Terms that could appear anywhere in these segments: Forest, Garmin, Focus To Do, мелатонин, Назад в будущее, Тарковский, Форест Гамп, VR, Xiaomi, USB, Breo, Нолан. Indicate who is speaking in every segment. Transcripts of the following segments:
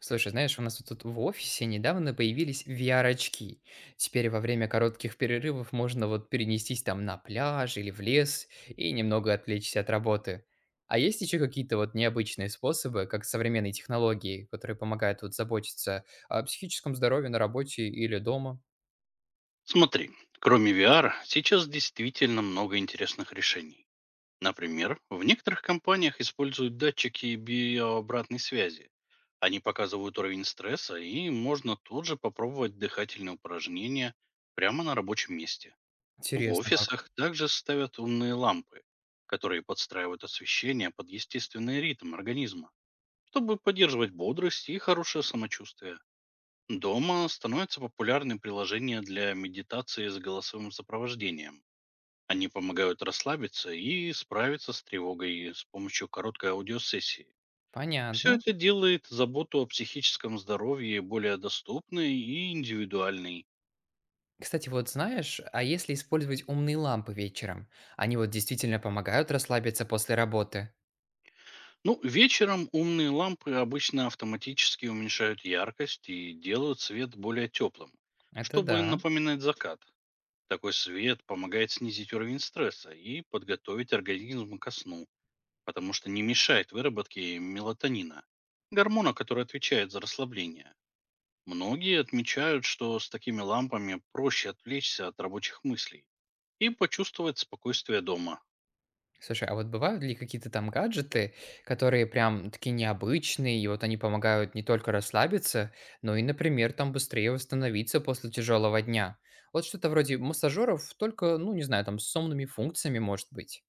Speaker 1: Слушай, знаешь, у нас вот тут в офисе недавно появились VR-очки. Теперь во время коротких перерывов можно вот перенестись там на пляж или в лес и немного отвлечься от работы. А есть еще какие-то вот необычные способы, как современные технологии, которые помогают вот заботиться о психическом здоровье на работе или дома?
Speaker 2: Смотри, кроме VR, сейчас действительно много интересных решений. Например, в некоторых компаниях используют датчики биообратной связи. Они показывают уровень стресса, и можно тут же попробовать дыхательные упражнения прямо на рабочем месте. В
Speaker 1: Интересно как.
Speaker 2: офисах также ставят умные лампы, которые подстраивают освещение под естественный ритм организма, чтобы поддерживать бодрость и хорошее самочувствие. Дома становятся популярны приложения для медитации с голосовым сопровождением. Они помогают расслабиться и справиться с тревогой с помощью короткой аудиосессии. Все
Speaker 1: Понятно.
Speaker 2: это делает заботу о психическом здоровье более доступной и индивидуальной.
Speaker 1: Кстати, вот знаешь, а если использовать умные лампы вечером? Они вот действительно помогают расслабиться после работы.
Speaker 2: Ну, вечером умные лампы обычно автоматически уменьшают яркость и делают свет более теплым,
Speaker 1: Это
Speaker 2: чтобы
Speaker 1: да.
Speaker 2: напоминать закат. Такой свет помогает снизить уровень стресса и подготовить организм ко сну, потому что не мешает выработке мелатонина, гормона, который отвечает за расслабление. Многие отмечают, что с такими лампами проще отвлечься от рабочих мыслей и почувствовать спокойствие дома.
Speaker 1: Слушай, а вот бывают ли какие-то там гаджеты, которые прям такие необычные, и вот они помогают не только расслабиться, но и, например, там быстрее восстановиться после тяжелого дня? Вот что-то вроде массажеров, только, ну, не знаю, там с сонными функциями, может быть.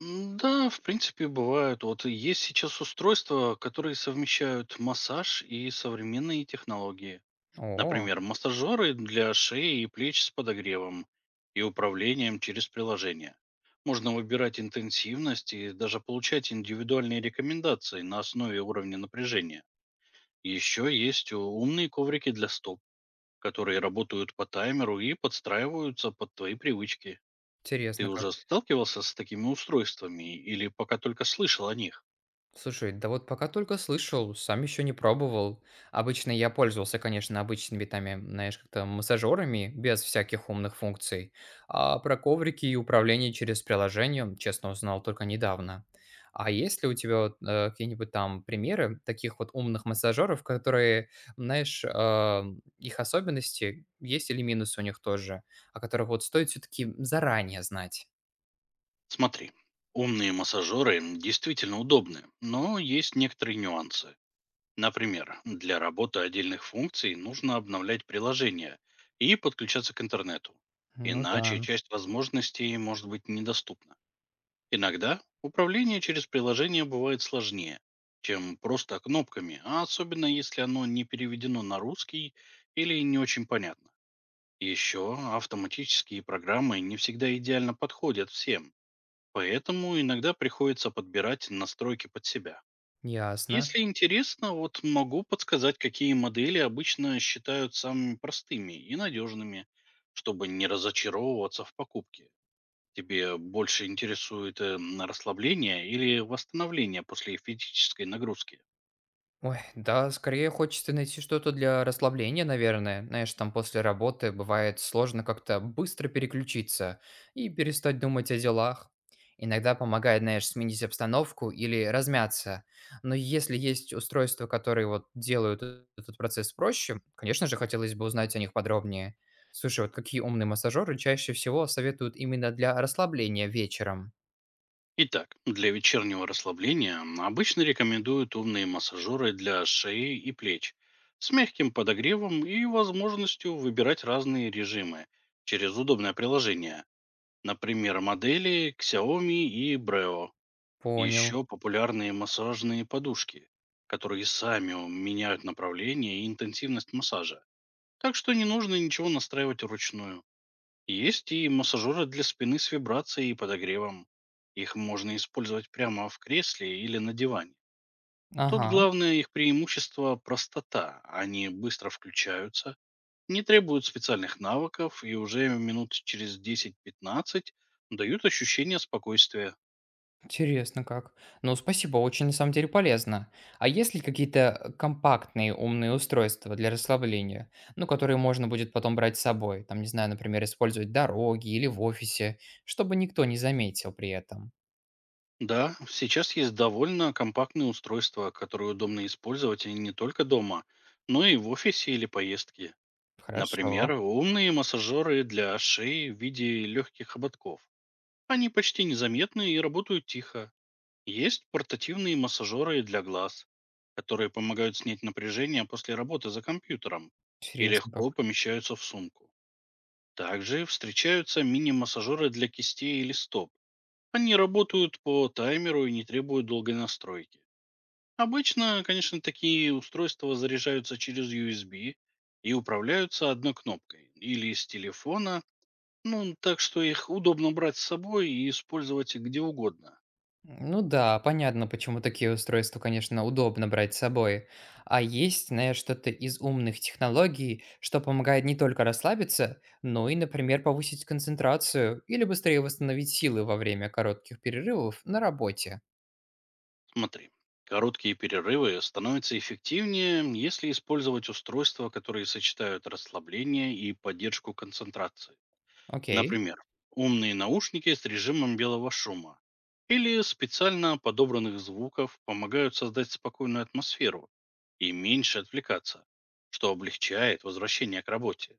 Speaker 2: Да, в принципе, бывают. Вот есть сейчас устройства, которые совмещают массаж и современные технологии.
Speaker 1: О,
Speaker 2: Например, массажеры для шеи и плеч с подогревом и управлением через приложение. Можно выбирать интенсивность и даже получать индивидуальные рекомендации на основе уровня напряжения. Еще есть умные коврики для стоп, которые работают по таймеру и подстраиваются под твои привычки. Ты
Speaker 1: интересно как.
Speaker 2: уже сталкивался с такими устройствами или пока только слышал о них?
Speaker 1: Слушай, да вот пока только слышал, сам еще не пробовал. Обычно я пользовался, конечно, обычными там, знаешь, как-то массажерами, без всяких умных функций. А про коврики и управление через приложение, честно, узнал только недавно. А есть ли у тебя вот, какие-нибудь там примеры таких вот умных массажеров, которые, знаешь, их особенности есть или минусы у них тоже, о которых вот стоит все-таки заранее знать?
Speaker 2: Смотри, умные массажеры действительно удобны, но есть некоторые нюансы. Например, для работы отдельных функций нужно обновлять приложение и подключаться к интернету.
Speaker 1: Ну да,
Speaker 2: Иначе часть возможностей может быть недоступна. Иногда управление через приложение бывает сложнее, чем просто кнопками, а особенно если оно не переведено на русский или не очень понятно. Еще автоматические программы не всегда идеально подходят всем, поэтому иногда приходится подбирать настройки под себя.
Speaker 1: ясно.
Speaker 2: Если интересно, вот могу подсказать, какие модели обычно считают самыми простыми и надежными, чтобы не разочаровываться в покупке. Тебе больше интересует на расслабление или восстановление после физической нагрузки?
Speaker 1: Ой, да, скорее хочется найти что-то для расслабления, наверное. Знаешь, там после работы бывает сложно как-то быстро переключиться и перестать думать о делах. Иногда помогает, знаешь, сменить обстановку или размяться. Но если есть устройства, которые вот делают этот процесс проще, конечно же, хотелось бы узнать о них подробнее. Слушай, вот какие умные массажеры чаще всего советуют именно для расслабления вечером?
Speaker 2: Итак, для вечернего расслабления обычно рекомендуют умные массажеры для шеи и плеч с мягким подогревом и возможностью выбирать разные режимы через удобное приложение. Например, модели Xiaomi и Breo.
Speaker 1: Понял.
Speaker 2: Еще популярные массажные подушки, которые сами меняют направление и интенсивность массажа. Так что не нужно ничего настраивать вручную. Есть и массажеры для спины с вибрацией и подогревом. Их можно использовать прямо в кресле или на диване. Тут
Speaker 1: Ага.
Speaker 2: главное их преимущество — простота. Они быстро включаются, не требуют специальных навыков и уже минут через 10-15 дают ощущение спокойствия.
Speaker 1: Интересно как. Ну, спасибо, очень на самом деле полезно. А есть ли какие-то компактные умные устройства для расслабления, ну, которые можно будет потом брать с собой? Там, не знаю, например, использовать в дороге или в офисе, чтобы никто не заметил при этом.
Speaker 2: Да, сейчас есть довольно компактные устройства, которые удобно использовать и не только дома, но и в офисе или поездке. Например,
Speaker 1: Хорошо.
Speaker 2: умные массажеры для шеи в виде легких ободков. Они почти незаметны и работают тихо. Есть портативные массажеры для глаз, которые помогают снять напряжение после работы за компьютером и
Speaker 1: Интересно как.
Speaker 2: легко помещаются в сумку. Также встречаются мини-массажеры для кистей или стоп. Они работают по таймеру и не требуют долгой настройки. Обычно, конечно, такие устройства заряжаются через USB и управляются одной кнопкой или с телефона, ну, так что их удобно брать с собой и использовать где угодно.
Speaker 1: Ну да, понятно, почему такие устройства, конечно, удобно брать с собой. А есть, знаешь, что-то из умных технологий, что помогает не только расслабиться, но и, например, повысить концентрацию или быстрее восстановить силы во время коротких перерывов на работе.
Speaker 2: Смотри, короткие перерывы становятся эффективнее, если использовать устройства, которые сочетают расслабление и поддержку концентрации.
Speaker 1: Окей.
Speaker 2: Например, умные наушники с режимом белого шума или специально подобранных звуков помогают создать спокойную атмосферу и меньше отвлекаться, что облегчает возвращение к работе.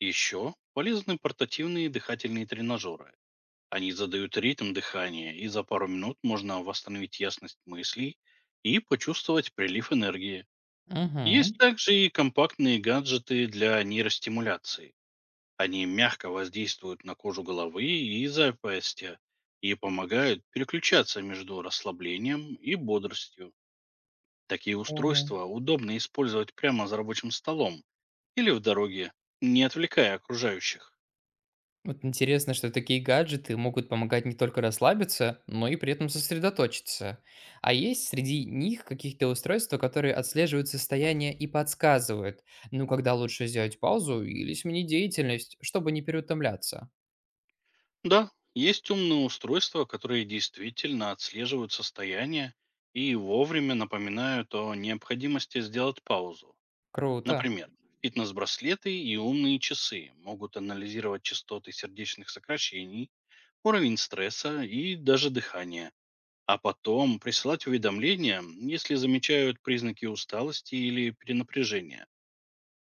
Speaker 2: Еще полезны портативные дыхательные тренажеры. Они задают ритм дыхания, и за пару минут можно восстановить ясность мыслей и почувствовать прилив энергии.
Speaker 1: Угу,
Speaker 2: Есть также и компактные гаджеты для нейростимуляции. Они мягко воздействуют на кожу головы и запястья и помогают переключаться между расслаблением и бодростью. Такие
Speaker 1: понял.
Speaker 2: устройства удобно использовать прямо за рабочим столом или в дороге, не отвлекая окружающих.
Speaker 1: Вот интересно, что такие гаджеты могут помогать не только расслабиться, но и при этом сосредоточиться. А есть среди них каких-то устройства, которые отслеживают состояние и подсказывают, ну, когда лучше сделать паузу или сменить деятельность, чтобы не переутомляться.
Speaker 2: Да, есть умные устройства, которые действительно отслеживают состояние и вовремя напоминают о необходимости сделать паузу.
Speaker 1: Круто.
Speaker 2: Например, фитнес-браслеты и умные часы могут анализировать частоты сердечных сокращений, уровень стресса и даже дыхание, а потом присылать уведомления, если замечают признаки усталости или перенапряжения.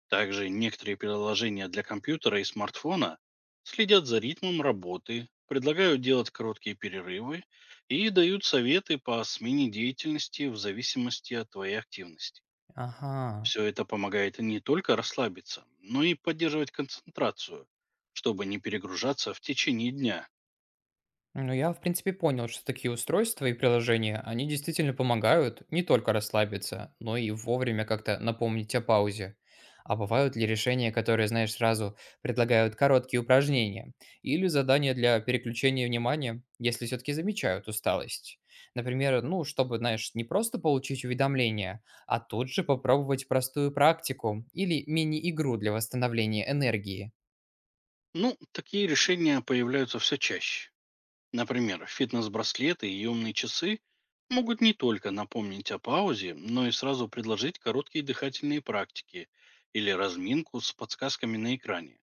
Speaker 2: Также некоторые приложения для компьютера и смартфона следят за ритмом работы, предлагают делать короткие перерывы и дают советы по смене деятельности в зависимости от твоей активности.
Speaker 1: Ага.
Speaker 2: Все это помогает не только расслабиться, но и поддерживать концентрацию, чтобы не перегружаться в течение дня.
Speaker 1: Ну, я, в принципе, понял, что такие устройства и приложения, они действительно помогают не только расслабиться, но и вовремя как-то напомнить о паузе. А бывают ли решения, которые, знаешь, сразу предлагают короткие упражнения или задания для переключения внимания, если все-таки замечают усталость? Например, ну, чтобы, знаешь, не просто получить уведомление, а тут же попробовать простую практику или мини-игру для восстановления энергии.
Speaker 2: Ну, такие решения появляются все чаще. Например, фитнес-браслеты и умные часы могут не только напомнить о паузе, но и сразу предложить короткие дыхательные практики или разминку с подсказками на экране.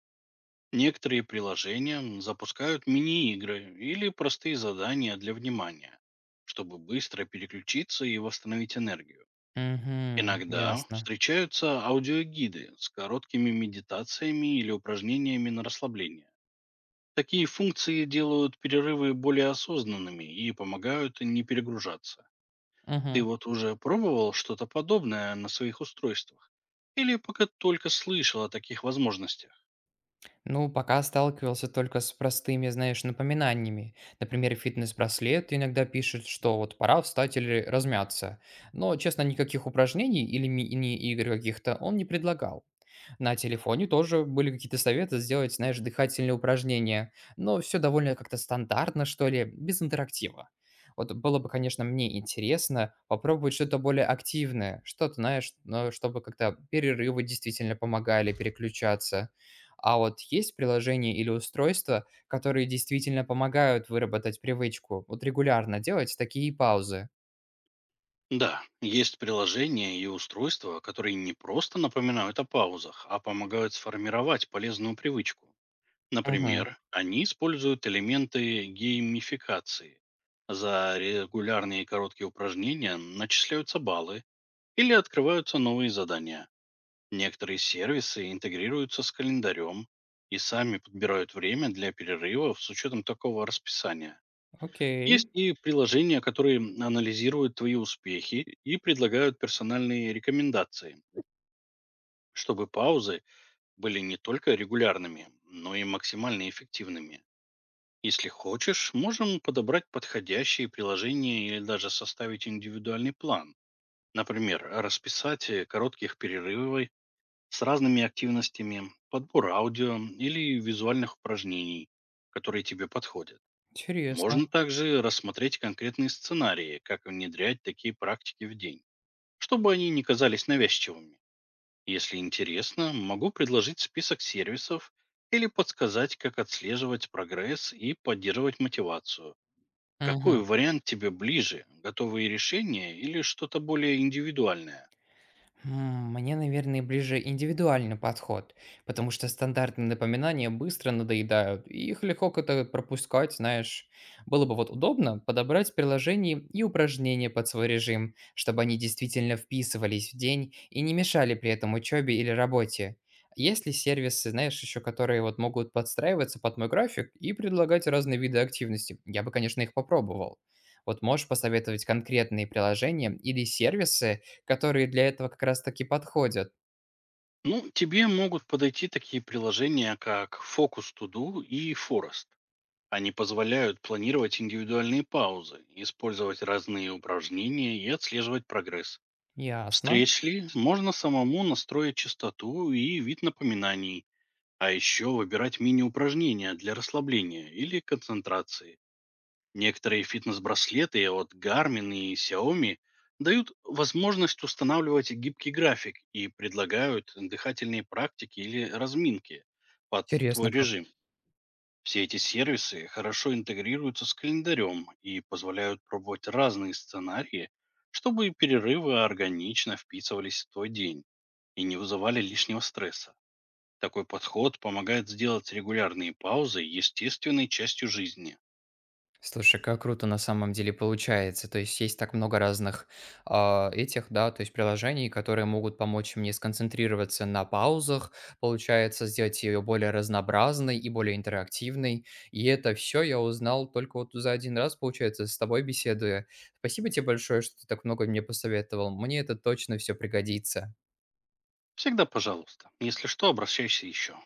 Speaker 2: Некоторые приложения запускают мини-игры или простые задания для внимания, чтобы быстро переключиться и восстановить энергию.
Speaker 1: Угу,
Speaker 2: Иногда
Speaker 1: ясно.
Speaker 2: встречаются аудиогиды с короткими медитациями или упражнениями на расслабление. Такие функции делают перерывы более осознанными и помогают не перегружаться. Ты
Speaker 1: Мгм.
Speaker 2: вот уже пробовал что-то подобное на своих устройствах? Или пока только слышал о таких возможностях?
Speaker 1: Ну, пока сталкивался только с простыми, знаешь, напоминаниями. Например, фитнес-браслет иногда пишет, что вот пора встать или размяться. Но, честно, никаких упражнений или мини-игр каких-то он не предлагал. На телефоне тоже были какие-то советы сделать, знаешь, дыхательные упражнения, но все довольно как-то стандартно, что ли, без интерактива. Вот было бы, конечно, мне интересно попробовать что-то более активное, что-то, знаешь, но чтобы как-то перерывы действительно помогали переключаться. А вот есть приложения или устройства, которые действительно помогают выработать привычку, вот регулярно делать такие паузы?
Speaker 2: Да, есть приложения и устройства, которые не просто напоминают о паузах, а помогают сформировать полезную привычку.
Speaker 1: Мгм.
Speaker 2: Например, они используют элементы геймификации. За регулярные короткие упражнения начисляются баллы или открываются новые задания. Некоторые сервисы интегрируются с календарем и сами подбирают время для перерывов с учетом такого расписания. Есть
Speaker 1: Окей,
Speaker 2: и приложения, которые анализируют твои успехи и предлагают персональные рекомендации, чтобы паузы были не только регулярными, но и максимально эффективными. Если хочешь, можем подобрать подходящие приложения или даже составить индивидуальный план. Например, расписать коротких перерывов с разными активностями, подбор аудио или визуальных упражнений, которые тебе подходят. Можно
Speaker 1: интересно.
Speaker 2: также рассмотреть конкретные сценарии, как внедрять такие практики в день, чтобы они не казались навязчивыми. Если интересно, могу предложить список сервисов или подсказать, как отслеживать прогресс и поддерживать мотивацию. Какой
Speaker 1: Мгм.
Speaker 2: вариант тебе ближе? Готовые решения или что-то более индивидуальное?
Speaker 1: Мне, наверное, ближе индивидуальный подход, потому что стандартные напоминания быстро надоедают, и их легко как-то пропускать, знаешь. Было бы вот удобно подобрать приложения и упражнения под свой режим, чтобы они действительно вписывались в день и не мешали при этом учебе или работе. Есть ли сервисы, знаешь, еще которые вот могут подстраиваться под мой график и предлагать разные виды активности? Я бы, конечно, их попробовал. Вот можешь посоветовать конкретные приложения или сервисы, которые для этого как раз таки подходят.
Speaker 2: Ну, тебе могут подойти такие приложения, как Focus To Do и Forest. Они позволяют планировать индивидуальные паузы, использовать разные упражнения и отслеживать прогресс.
Speaker 1: Ясно.
Speaker 2: Встреч ли можно самому настроить частоту и вид напоминаний, а еще выбирать мини-упражнения для расслабления или концентрации. Некоторые фитнес-браслеты от Garmin и Xiaomi дают возможность устанавливать гибкий график и предлагают дыхательные практики или разминки под
Speaker 1: Интересно
Speaker 2: твой
Speaker 1: как.
Speaker 2: режим. Все эти сервисы хорошо интегрируются с календарем и позволяют пробовать разные сценарии, чтобы перерывы органично вписывались в твой день и не вызывали лишнего стресса. Такой подход помогает сделать регулярные паузы естественной частью жизни.
Speaker 1: Слушай, как круто на самом деле получается. То есть есть так много разных да, то есть приложений, которые могут помочь мне сконцентрироваться на паузах, получается сделать ее более разнообразной и более интерактивной. И это все я узнал только вот за один раз, получается, с тобой беседуя. Спасибо тебе большое, что ты так много мне посоветовал. Мне это точно все пригодится.
Speaker 2: Всегда пожалуйста. Если что, обращайся еще.